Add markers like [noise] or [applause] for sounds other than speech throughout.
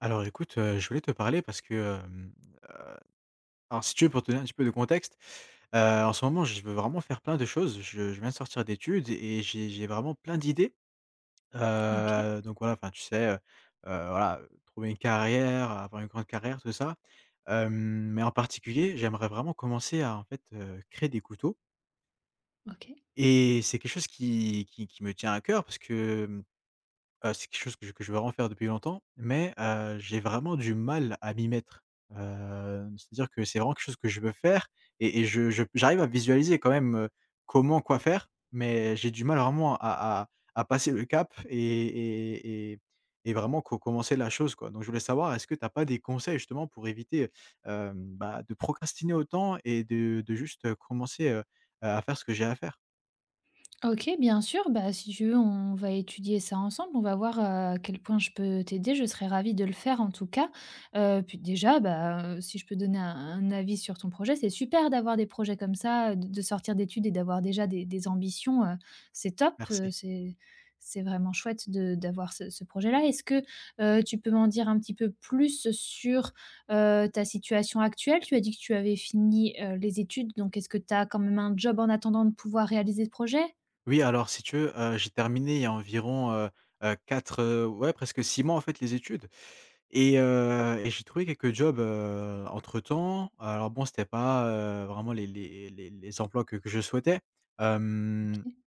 Alors écoute, je voulais te parler parce que, heu, alors si tu veux pour te donner un petit peu de contexte, heu, en ce moment je veux vraiment faire plein de choses. Je viens de sortir d'études et j'ai vraiment plein d'idées. OK, Donc voilà, enfin tu sais, voilà, trouver une carrière, avoir une grande carrière, tout ça. Hem, mais en particulier, j'aimerais vraiment commencer à en fait, créer des couteaux OK. et c'est quelque chose qui me tient à cœur parce que, c'est quelque chose que je veux vraiment faire depuis longtemps, mais j'ai vraiment du mal à m'y mettre. C'est-à-dire que c'est vraiment quelque chose que je veux faire et je j'arrive à visualiser quand même, comment, quoi faire, mais j'ai du mal vraiment à passer le cap et et et vraiment co commencer la chose, quoi. Donc je voulais savoir, est-ce que tu as pas des conseils justement pour éviter, bah, de procrastiner autant et de juste, commencer, à faire ce que j'ai à faire? OK, bien sûr. Bah, si tu veux, on va étudier ça ensemble. On va voir, à quel point je peux t'aider. Je serais ravie de le faire, en tout cas. Puis déjà, si je peux donner un avis sur ton projet, c'est super d'avoir des projets comme ça, de sortir d'études et d'avoir déjà des ambitions, c'est top, Merci. c'est vraiment chouette de d'avoir ce projet-là. Est-ce que, tu peux m'en dire un petit peu plus sur, ta situation actuelle? Tu as dit que tu avais fini, les études, donc est-ce que tu as quand même un job en attendant de pouvoir réaliser ce projet? Oui, alors si tu veux, j'ai terminé il y a environ, 4, ouais, presque 6 mois en fait les études et j'ai trouvé quelques jobs, entre-temps. Alors bon, c'était pas, vraiment les emplois que je souhaitais, hem, OK.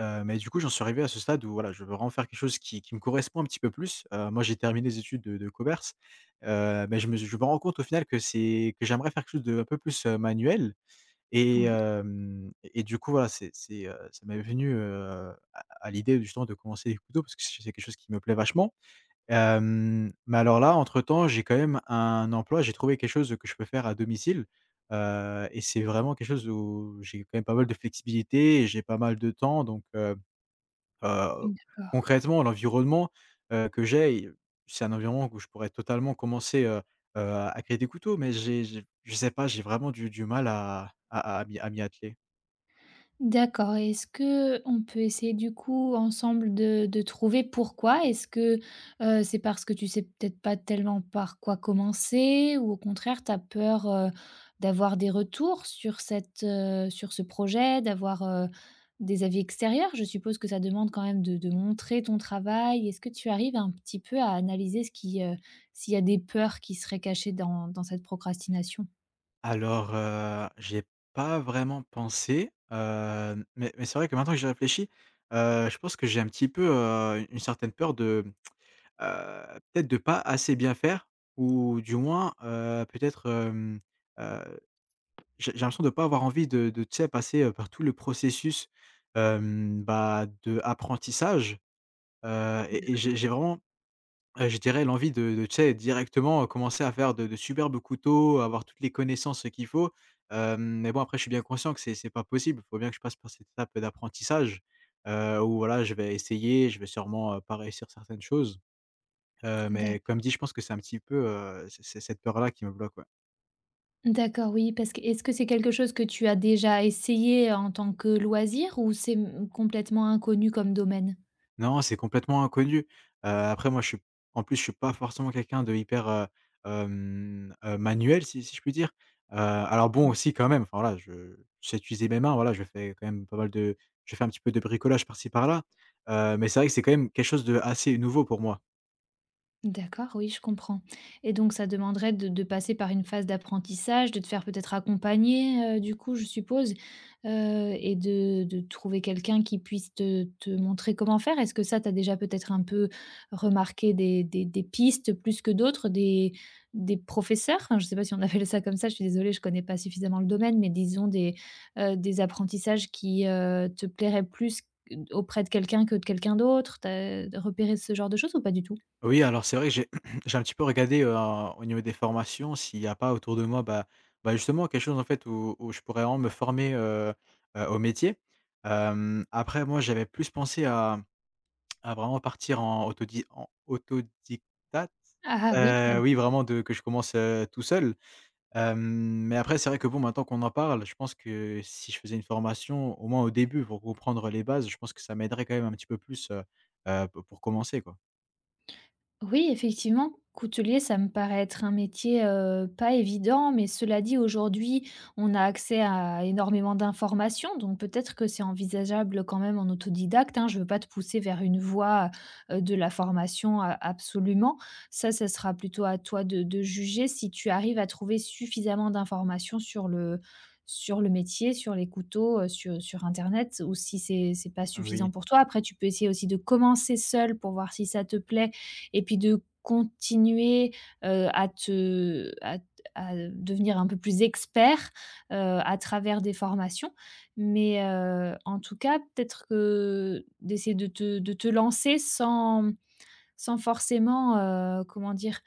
mais du coup, j'en suis arrivé à ce stade où voilà, je veux vraiment faire quelque chose qui me correspond un petit peu plus. Moi, j'ai terminé les études de commerce, mais je me rends compte au final que c'est que j'aimerais faire quelque chose de un peu plus, manuel et Ouais, hem et du coup, voilà, ça m'est venu, à l'idée justement de commencer les couteaux parce que c'est quelque chose qui me plaît vachement. Mais alors là, entre-temps, j'ai quand même un emploi, j'ai trouvé quelque chose que je peux faire à domicile, et c'est vraiment quelque chose où j'ai quand même pas mal de flexibilité et j'ai pas mal de temps donc Heu, d'accord. concrètement, l'environnement, que j'ai c'est un environnement où je pourrais totalement commencer, à créer des couteaux, mais j'ai je sais pas, j'ai vraiment du mal à m'y atteler. D'accord, et est-ce que on peut essayer du coup ensemble de trouver pourquoi? Est-ce que, c'est parce que tu sais peut-être pas tellement par quoi commencer? Ou au contraire tu as peur, d'avoir des retours sur cette, sur ce projet, d'avoir, des avis extérieurs? Je suppose que ça demande quand même de montrer ton travail. Est-ce que tu arrives un petit peu à analyser ce qui, s'il y a des peurs qui seraient cachées dans cette procrastination? Alors, j'y pas vraiment pensé, mais c'est vrai que maintenant que j'y réfléchis, je pense que j'ai un petit peu, une certaine peur de, peut-être de pas assez bien faire ou du moins, peut-être, heu j'ai l'impression de pas avoir envie de, tu sais, passer, par tout le processus, bah, d'apprentissage, et j'ai vraiment, je dirais l'envie de, tu sais, directement, commencer à faire de superbes couteaux, avoir toutes les connaissances, qu'il faut, mais bon, après, je suis bien conscient que c'est pas possible. Il faut bien que je passe par cette étape d'apprentissage, où voilà, je vais essayer, je vais sûrement, pas réussir certaines choses, mais comme dit, je pense que c'est un petit peu, c'est cette peur-là qui me bloque, ouais. D'accord, oui, parce que est-ce que c'est quelque chose que tu as déjà essayé en tant que loisir ou c'est, mmh, complètement inconnu comme domaine? Non, c'est complètement inconnu. Après moi je suis en plus je suis pas forcément quelqu'un de hyper, manuel si je puis dire. Alors bon aussi quand même, enfin voilà, je sais utiliser mes mains, voilà, je fais quand même pas mal de je fais un petit peu de bricolage par-ci par-là. Mais c'est vrai que c'est quand même quelque chose de assez nouveau pour moi. D'accord, oui, je comprends. Et donc ça demanderait de passer par une phase d'apprentissage, de te faire peut-être accompagner, du coup, je suppose, et de trouver quelqu'un qui puisse te montrer comment faire? Est-ce que ça, tu as déjà peut-être un peu remarqué des pistes plus que d'autres, des professeurs? Enfin, je ne sais pas si on [laughs] appelle ça comme ça, je suis désolée, je ne connais pas suffisamment le domaine, mais disons des apprentissages qui, te plairaient plus auprès de quelqu'un que de quelqu'un d'autre. T'as repéré ce genre de choses ou pas du tout? Oui, alors c'est vrai que j'ai [clears throat] j'ai un petit peu regardé, en au niveau des formations, s'il n'y a pas autour de moi, bah justement quelque chose en fait où je pourrais vraiment me former, au métier. Après moi j'avais plus pensé à vraiment partir en autodictate, Ah oui, oui OK. vraiment de que je commence, tout seul. Hem, mais après c'est vrai que bon maintenant qu'on en parle, je pense que si je faisais une formation, au moins au début pour comprendre les bases, je pense que ça m'aiderait quand même un petit peu plus, p pour commencer quoi. Oui, effectivement, coutelier, ça me paraît être un métier, pas évident, mais cela dit, aujourd'hui, on a accès à énormément d'informations, donc peut-être que c'est envisageable quand même en autodidacte, hein. Je veux pas te pousser vers une voie, de la formation a absolument. Ça sera plutôt à toi de juger si tu arrives à trouver suffisamment d'informations sur le métier, sur les couteaux, sur internet ou si c'est pas suffisant Oui. pour toi. Après, tu peux essayer aussi de commencer seul pour voir si ça te plaît et puis de continuer, à te à devenir un peu plus expert, à travers des formations. Mais, en tout cas, peut-être que d'essayer de te lancer sans sans forcément, comment dire?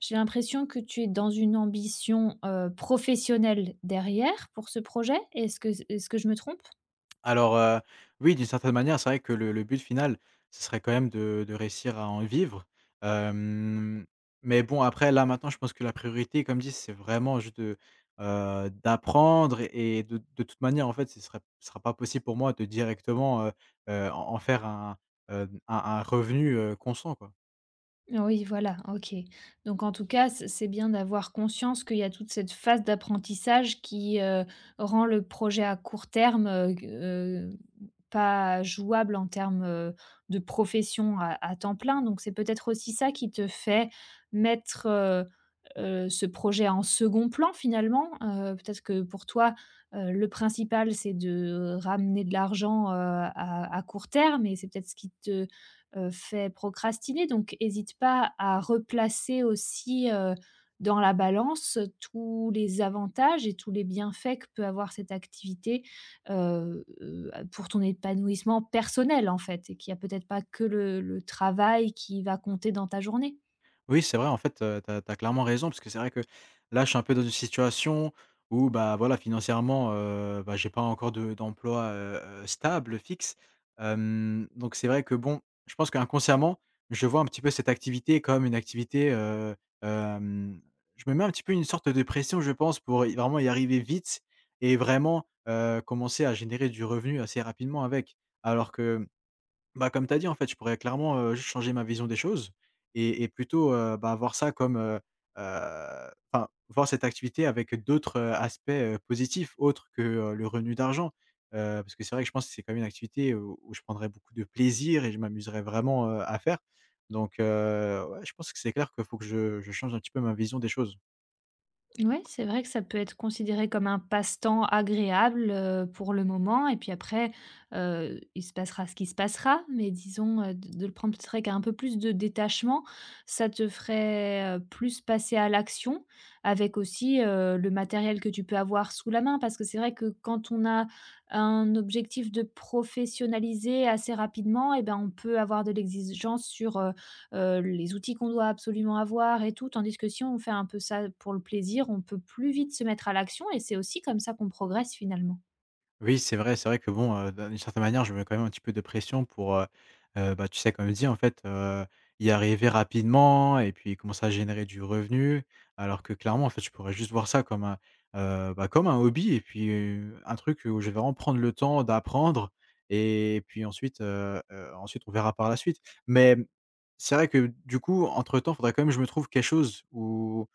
J'ai l'impression que tu es dans une ambition, professionnelle derrière pour ce projet. Est-ce que je me trompe? Alors, oui, d'une certaine manière, c'est vrai que le but final, ce serait quand même de réussir à en vivre. Hem, mais bon, après, là, maintenant, je pense que la priorité, comme dit, c'est vraiment juste d'apprendre et de toute manière, en fait, ce sera pas possible pour moi de directement, en faire un, un revenu, constant, quoi. Oui, voilà, OK. Donc en tout cas, c'est bien d'avoir conscience qu'il y a toute cette phase d'apprentissage qui, rend le projet à court terme, pas jouable en termes, de profession à temps plein, donc c'est peut-être aussi ça qui te fait mettre, ce projet en second plan finalement? Peut-être que pour toi, le principal c'est de ramener de l'argent, à court terme et c'est peut-être ce qui te, fait procrastiner, donc hésite pas à replacer aussi, dans la balance tous les avantages et tous les bienfaits que peut avoir cette activité pour ton épanouissement personnel, en fait, et qu'il y a peut-être pas que le travail qui va compter dans ta journée. Oui, c'est vrai, en fait, tu as clairement raison parce que c'est vrai que là, je suis un peu dans une situation où, bah, voilà, financièrement, bah, j'ai pas encore de d'emploi, stable, fixe. Donc c'est vrai que, bon, je pense qu'inconsciemment, je vois un petit peu cette activité comme une activité, hem, je me mets un petit peu une sorte de pression, je pense, pour y vraiment y arriver vite et vraiment, commencer à générer du revenu assez rapidement avec. Alors que bah, comme tu as dit, en fait, je pourrais clairement, juste changer ma vision des choses et plutôt, bah, enfin, voir cette activité avec d'autres, aspects, positifs autres que, le revenu d'argent. Parce que c'est vrai que je pense que c'est quand même une activité où je prendrais beaucoup de plaisir et je m'amuserais vraiment, à faire. Donc ouais, je pense que c'est clair qu'il faut que je change un petit peu ma vision des choses. Ouais, c'est vrai que ça peut être considéré comme un passe-temps agréable, pour le moment et puis après, il se passera ce qui se passera, mais disons, de le prendre peut-être avec un peu plus de détachement, ça te ferait, plus passer à l'action avec aussi, le matériel que tu peux avoir sous la main. Parce que c'est vrai que quand on a un objectif de professionnaliser assez rapidement, et ben, on peut avoir de l'exigence sur, les outils qu'on doit absolument avoir et tout. Tandis que si on fait un peu ça pour le plaisir, on peut plus vite se mettre à l'action et c'est aussi comme ça qu'on progresse finalement. Oui, c'est vrai que bon, d'une certaine manière, je mets quand même un petit peu de pression pour, bah, tu sais, comme dit, en fait, y arriver rapidement et puis commencer à générer du revenu. Alors que clairement, en fait, je pourrais juste voir ça comme un hobby et puis, un truc où je vais vraiment prendre le temps d'apprendre et puis ensuite on verra par la suite. Mais, c'est vrai que du coup, entre-temps, il faudrait quand même que je me trouve quelque chose où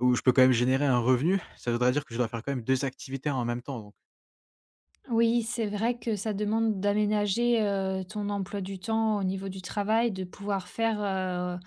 où je peux quand même générer un revenu. Ça voudrait dire que je dois faire quand même 2 activités en même temps donc. Oui, c'est vrai que ça demande d'aménager, ton emploi du temps au niveau du travail, de pouvoir faire,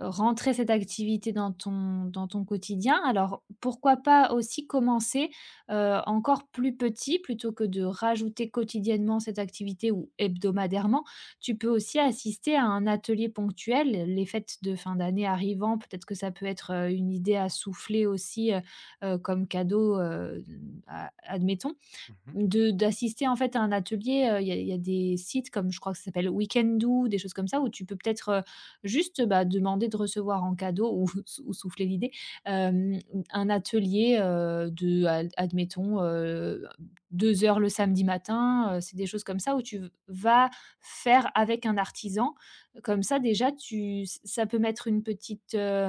rentrer cette activité dans ton quotidien. Alors, pourquoi pas aussi commencer, encore plus petit, plutôt que de rajouter quotidiennement cette activité ou hebdomadairement. Tu peux aussi assister à un atelier ponctuel, les fêtes de fin d'année arrivant, peut-être que ça peut être, une idée à souffler aussi, comme cadeau, a admettons. Mmh. De d'assister en fait à un atelier, il y a des sites comme je crois que ça s'appelle Weekendoo, des choses comme ça où tu peux peut-être, juste, bah, demander de recevoir en cadeau ou [laughs] souffler l'idée, hem, un atelier, de ad admettons, 2 heures le samedi matin, c'est des choses comme ça où tu vas faire avec un artisan. Comme ça déjà tu ça peut mettre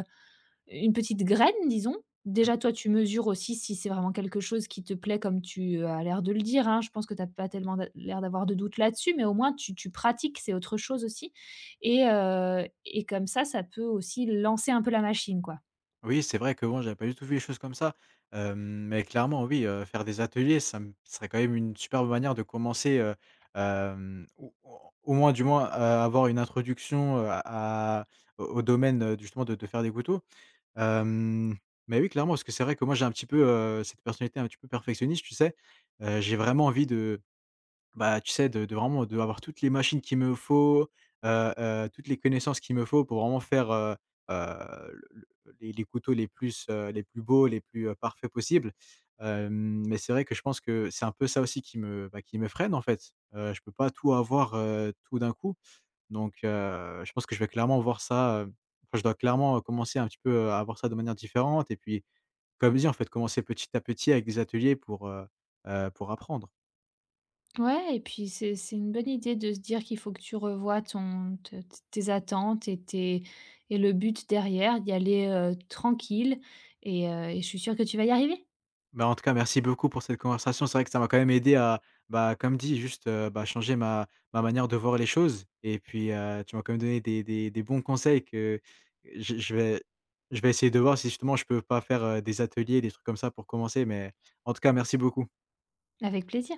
une petite graine, disons. Déjà, toi, tu mesures aussi si c'est vraiment quelque chose qui te plaît comme tu as l'air de le dire, hein. Je pense que tu as pas tellement d'a l'air d'avoir de doute là-dessus, mais au moins tu tu pratiques, c'est autre chose aussi et comme ça peut aussi lancer un peu la machine, quoi. Oui, c'est vrai que bon, j'avais pas du tout vu les choses comme ça. Hem, mais clairement, oui, faire des ateliers, ça me serait quand même une superbe manière de commencer, ou au moins, du moins, avoir une introduction, à au domaine, justement de faire des couteaux. Hem, mais oui, clairement, parce que c'est vrai que moi, j'ai un petit peu, cette personnalité un petit peu perfectionniste, tu sais? J'ai vraiment envie de bah, tu sais, de vraiment de avoir toutes les machines qu'il me faut, heu toutes les connaissances qu'il me faut pour vraiment faire, heu, le le les couteaux les plus beaux, les plus, parfaits possibles. Mais c'est vrai que je pense que c'est un peu ça aussi qui me, bah, qui me freine en fait. Je peux pas tout avoir, tout d'un coup. Donc je pense que je vais clairement voir ça, enfin je dois clairement, commencer un petit peu, à voir ça de manière différente et puis comme dit en fait, commencer petit à petit avec des ateliers pour apprendre. Ouais, et puis c'est une bonne idée de se dire qu'il faut que tu revoies ton te t tes attentes et tes et le but derrière, d'y aller, tranquille et je suis sûre que tu vas y arriver. Bah, en tout cas, merci beaucoup pour cette conversation. C'est vrai que ça m'a quand même aidé à, bah, comme dit, juste, bah, changer ma manière de voir les choses et puis, tu m'as quand même donné des bons conseils que je je vais je vais essayer de voir si justement je peux pas faire, des ateliers, des trucs comme ça pour commencer mais en tout cas merci beaucoup. Avec plaisir.